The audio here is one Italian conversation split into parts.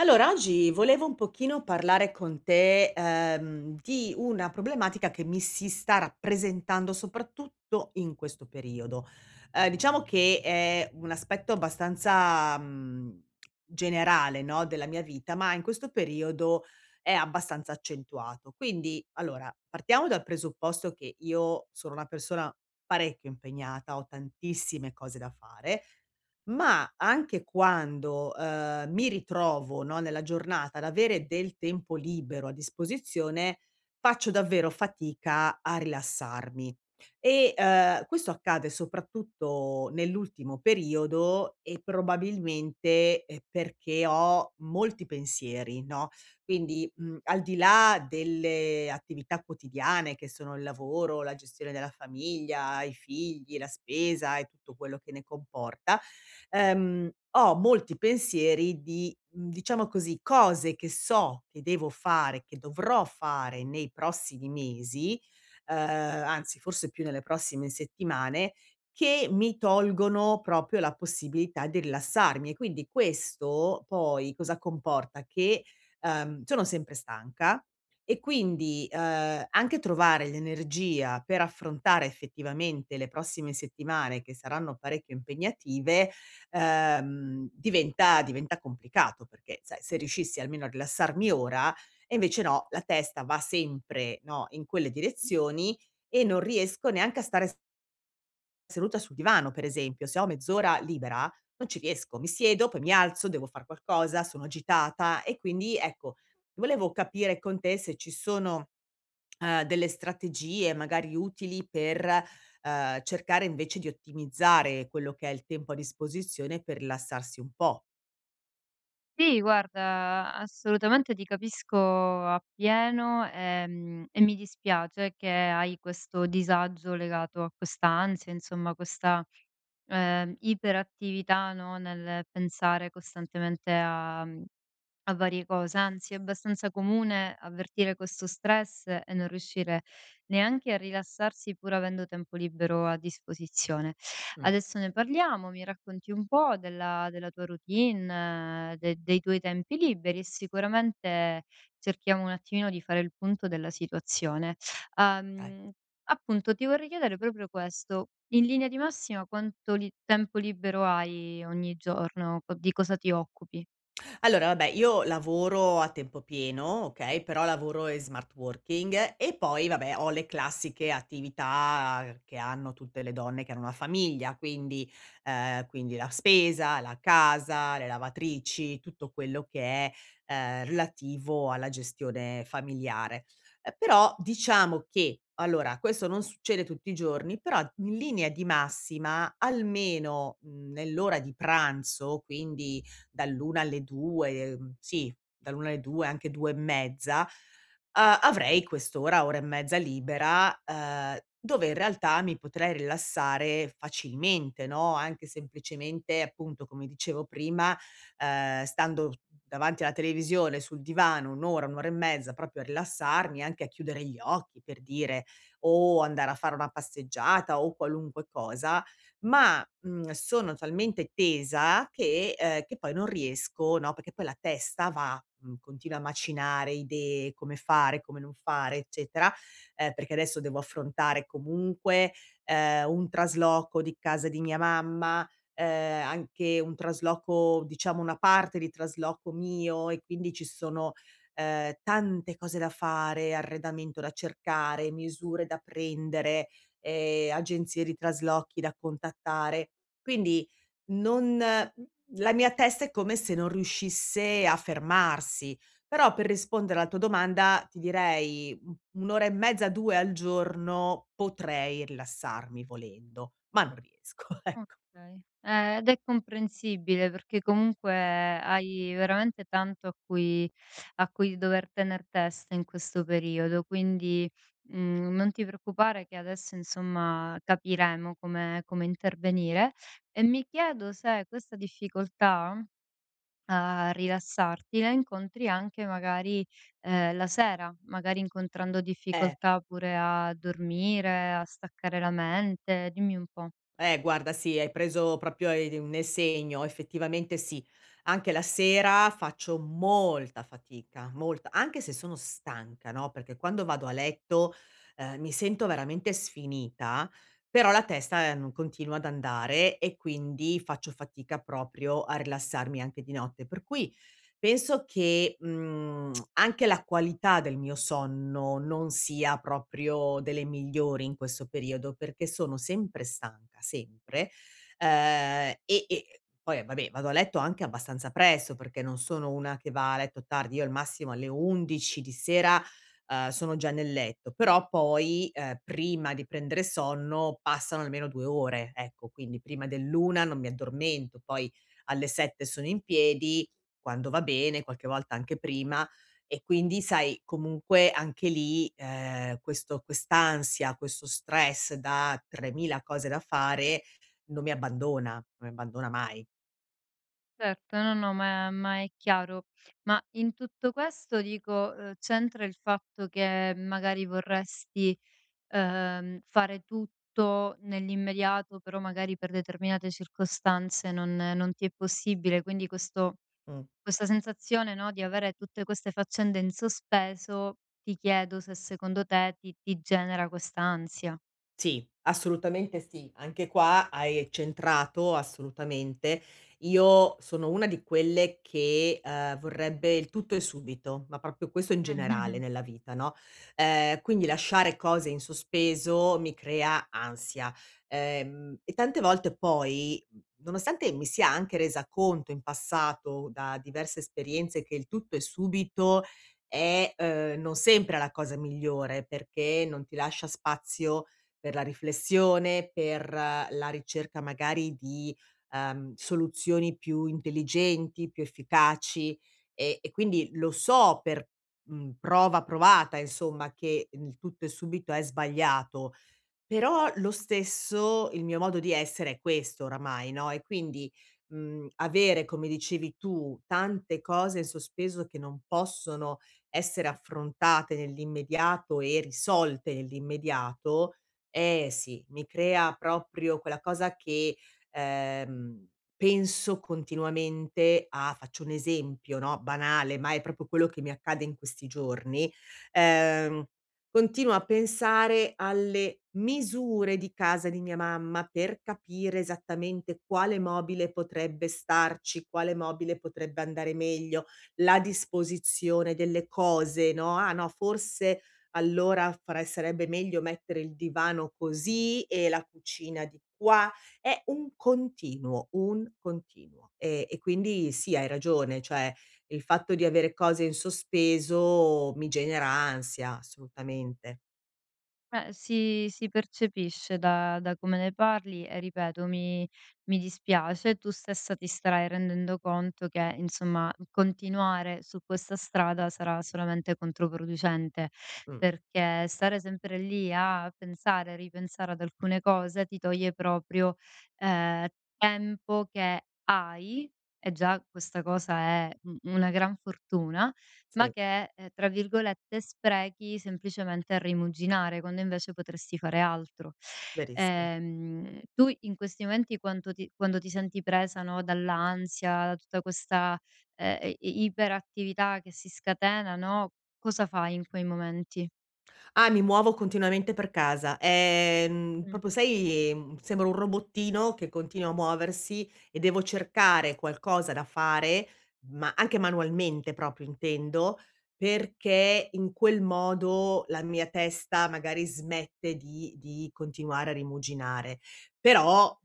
Allora, oggi volevo un pochino parlare con te, di una problematica che mi si sta rappresentando soprattutto in questo periodo. Diciamo che è un aspetto abbastanza, generale, no, della mia vita, ma in questo periodo è abbastanza accentuato. Quindi, allora, partiamo dal presupposto che io sono una persona parecchio impegnata, ho tantissime cose da fare, ma anche quando, mi ritrovo, no, nella giornata ad avere del tempo libero a disposizione, faccio davvero fatica a rilassarmi. E, questo accade soprattutto nell'ultimo periodo e probabilmente, perché ho molti pensieri, no, quindi, al di là delle attività quotidiane che sono il lavoro, la gestione della famiglia, i figli, la spesa e tutto quello che ne comporta, ehm, ho molti pensieri di, diciamo così, cose che so che devo fare, che dovrò fare nei prossimi mesi, anzi forse più nelle prossime settimane, che mi tolgono proprio la possibilità di rilassarmi. E quindi questo poi cosa comporta? Che, sono sempre stanca e quindi, anche trovare l'energia per affrontare effettivamente le prossime settimane che saranno parecchio impegnative, diventa complicato, perché, sai, se riuscissi almeno a rilassarmi ora. E invece no, la testa va sempre, no, in quelle direzioni e non riesco neanche a stare s seduta sul divano, per esempio. Se ho mezz'ora libera non ci riesco, mi siedo, poi mi alzo, devo far qualcosa, sono agitata e quindi, ecco, volevo capire con te se ci sono delle strategie magari utili per, cercare invece di ottimizzare quello che è il tempo a disposizione per rilassarsi un po'. Sì, guarda, assolutamente ti capisco appieno, e mi dispiace che hai questo disagio legato a questa ansia, insomma, questa iperattività, no, nel pensare costantemente a varie cose, anzi è abbastanza comune avvertire questo stress e non riuscire neanche a rilassarsi pur avendo tempo libero a disposizione. Mh, Adesso ne parliamo, mi racconti un po' della tua routine, de dei tuoi tempi liberi e sicuramente cerchiamo un attimino di fare il punto della situazione. okay. Uhm, Appunto ti vorrei chiedere proprio questo: in linea di massima quanto li tempo libero hai ogni giorno? Co Di cosa ti occupi? Allora vabbè, io lavoro a tempo pieno, okay, però lavoro in smart working e poi vabbè ho le classiche attività che hanno tutte le donne che hanno una famiglia, quindi quindi la spesa, la casa, le lavatrici, tutto quello che è, relativo alla gestione familiare. Però diciamo che allora questo non succede tutti i giorni, però in linea di massima almeno, nell'ora di pranzo, quindi dall'1 alle 2, sì, dall'1 alle 2, anche 2 e mezza, avrei quest'ora, ora e mezza libera, dove in realtà mi potrei rilassare facilmente, no, anche semplicemente, appunto, come dicevo prima, stando davanti alla televisione, sul divano 1 ora, 1 ora e mezza, proprio a rilassarmi, anche a chiudere gli occhi, per dire, o andare a fare una passeggiata o qualunque cosa. Ma, sono talmente tesa che poi non riesco, no, perché poi la testa va, continua a macinare idee, come fare, come non fare, eccetera, perché adesso devo affrontare comunque, un trasloco di casa di mia mamma, anche un trasloco, diciamo una parte di trasloco mio, e quindi ci sono, tante cose da fare, arredamento da cercare, misure da prendere, agenzie di traslochi da contattare. Quindi non la mia testa è come se non riuscisse a fermarsi. Però per rispondere alla tua domanda ti direi, 1 ora e mezza, 2 al giorno potrei rilassarmi volendo, ma non riesco, ecco. Okay. Ed è comprensibile perché comunque hai veramente tanto a cui dover tener testa in questo periodo, quindi, mhmm, non ti preoccupare che adesso insomma capiremo come intervenire. E mi chiedo se questa difficoltà a rilassarti la incontri anche magari, la sera, magari incontrando Eh. difficoltà pure a dormire, a staccare la mente. Dimmi un po'. Eh, guarda sì, hai preso proprio hai nel segno, effettivamente sì. Anche la sera faccio molta fatica, molta, anche se sono stanca, no, perché quando vado a letto, mi sento veramente sfinita, però la testa, continua ad andare e quindi faccio fatica proprio a rilassarmi anche di notte. Per cui penso che, anche la qualità del mio sonno non sia proprio delle migliori in questo periodo, perché sono sempre stanca, sempre, e poi vabbè vado a letto anche abbastanza presto, perché non sono una che va a letto tardi, io al massimo alle 11 di sera, sono già nel letto, però poi, prima di prendere sonno passano almeno 2 ore, ecco, quindi prima dell'1 non mi addormento, poi alle 7 sono in piedi quando va bene, qualche volta anche prima. E quindi sai comunque anche lì, questo quest'ansia, questo stress da 3000 cose da fare non mi abbandona, non mi abbandona mai. Certo, no, no, ma è chiaro. Ma in tutto questo dico, c'entra il fatto che magari vorresti, fare tutto nell'immediato, però magari per determinate circostanze non ti è possibile, quindi questo Mh. questa sensazione, no, di avere tutte queste faccende in sospeso, ti chiedo se secondo te ti genera questa ansia. Sì, assolutamente sì. Anche qua hai centrato assolutamente. Io sono una di quelle che, vorrebbe il tutto e subito, ma proprio questo in generale nella vita, no, quindi lasciare cose in sospeso mi crea ansia, e tante volte poi, nonostante mi sia anche resa conto in passato da diverse esperienze che il tutto e subito è, non sempre la cosa migliore, perché non ti lascia spazio per la riflessione, per la ricerca magari di, soluzioni più intelligenti, più efficaci, e quindi lo so per, prova provata insomma che il tutto e subito è sbagliato, però lo stesso il mio modo di essere è questo oramai, no, e quindi, avere, come dicevi tu, tante cose in sospeso che non possono essere affrontate nell'immediato e risolte nell'immediato, eh sì, mi crea proprio quella cosa che, ehm, penso continuamente a faccio un esempio, no, banale, ma è proprio quello che mi accade in questi giorni, ehm continuo a pensare alle misure di casa di mia mamma per capire esattamente quale mobile potrebbe starci, quale mobile potrebbe andare meglio, la disposizione delle cose, no, "Ah no, forse allora farai sarebbe meglio mettere il divano così e la cucina di qua." È un continuo, un continuo. E quindi sì, hai ragione, cioè il fatto di avere cose in sospeso mi genera ansia, assolutamente. Beh, si percepisce da come ne parli e ripeto, mi dispiace. Tu stessa ti starai rendendo conto che, insomma, continuare su questa strada sarà solamente controproducente, Mh, perché stare sempre lì a pensare, ripensare ad alcune cose ti toglie proprio, ehm, tempo che hai, e già questa cosa è u una gran fortuna ma sì, che, tra virgolette, "sprechi" semplicemente a rimuginare, quando invece potresti fare altro. verissi Tu in questi momenti quanto ti quando ti senti presa, no, dall'ansia, da tutta questa, i i iperattività che si scatena, no, cosa fai in quei momenti? Ah, mi muovo continuamente per casa. Mh-mh, Proprio sai, sembro un robottino che continua a muoversi e devo cercare qualcosa da fare, ma anche manualmente proprio intendo, perché in quel modo la mia testa magari smette di continuare a rimuginare. Però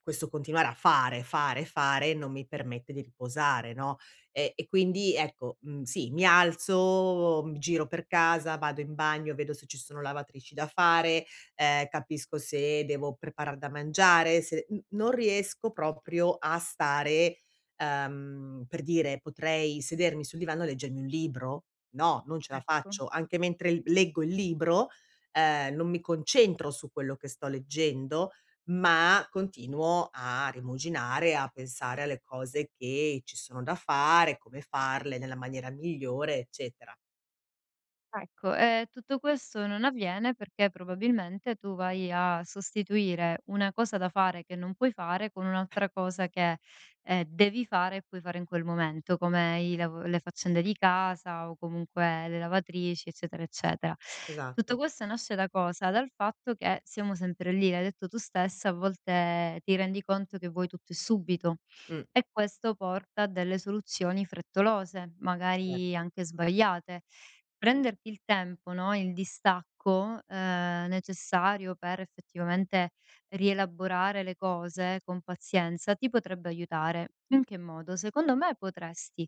questo continuare a fare, fare, fare non mi permette di riposare, no? E quindi ecco, sì, mi alzo, mi giro per casa, vado in bagno, vedo se ci sono lavatrici da fare, capisco se devo preparar da mangiare, se n non riesco proprio a stare, per dire, potrei sedermi sul divano e leggermi un libro? No, non ce la ecco. faccio. Anche mentre l leggo il libro, non mi concentro su quello che sto leggendo, ma continuo a rimuginare, a pensare alle cose che ci sono da fare, come farle nella maniera migliore, eccetera. Ecco, tutto questo non avviene perché probabilmente tu vai a sostituire una cosa da fare che non puoi fare con un'altra cosa che, devi fare e puoi fare in quel momento, come i lav le faccende di casa o comunque le lavatrici, eccetera, eccetera. Tutto Esatto. questo nasce da cosa? Dal fatto che siamo sempre lì, l'hai detto tu stessa, a volte ti rendi conto che vuoi tutto e subito Mh. e questo porta a delle soluzioni frettolose, Cer magari anche sbagliate. Prenderti il tempo, no, il distacco, necessario per effettivamente rielaborare le cose con pazienza ti potrebbe aiutare. In che modo? Secondo me potresti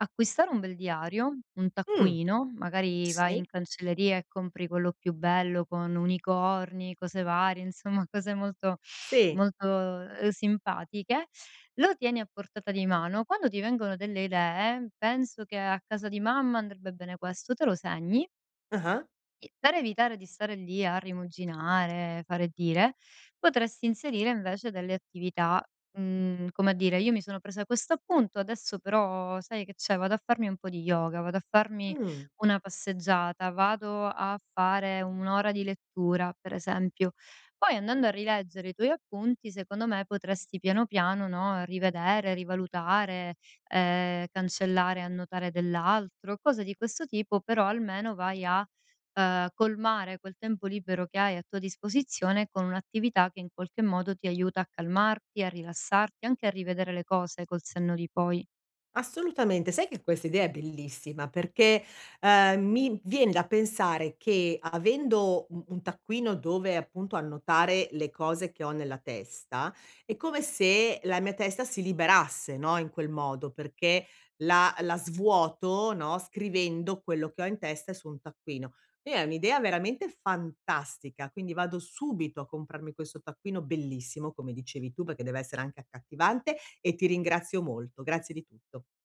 acquistare un bel diario, un Mh. taccuino, magari vai Sì. in cancelleria e compri quello più bello con unicorni, cose varie, insomma cose molto, Sì. molto, simpatiche, lo tieni a portata di mano. Quando ti vengono delle idee: "Penso che a casa di mamma andrebbe bene questo", te lo segni Ah-ah. e per evitare di stare lì a rimuginare, fare e dire, potresti inserire invece delle attività, mhmm, come a dire: "Io mi sono presa questo appunto, adesso però sai che c'è, vado a farmi un po' di yoga, vado a farmi Mh. una passeggiata, vado a fare un'ora di lettura", per esempio. Poi andando a rileggere i tuoi appunti, secondo me potresti piano piano, no, rivedere, rivalutare, cancellare, annotare dell'altro, cose di questo tipo, però almeno vai a colmare quel tempo libero che hai a tua disposizione con un'attività che in qualche modo ti aiuta a calmarti, a rilassarti, anche a rivedere le cose col senno di poi. Assolutamente. Sai che questa idea è bellissima, perché, mi vien da pensare che avendo u un taccuino dove appunto annotare le cose che ho nella testa, è come se la mia testa si liberasse, no, in quel modo, perché la svuoto, no, scrivendo quello che ho in testa su un taccuino. E è un'idea veramente fantastica, quindi vado subito a comprarmi questo taccuino bellissimo, come dicevi tu, perché deve essere anche accattivante, e ti ringrazio molto. Grazie di tutto.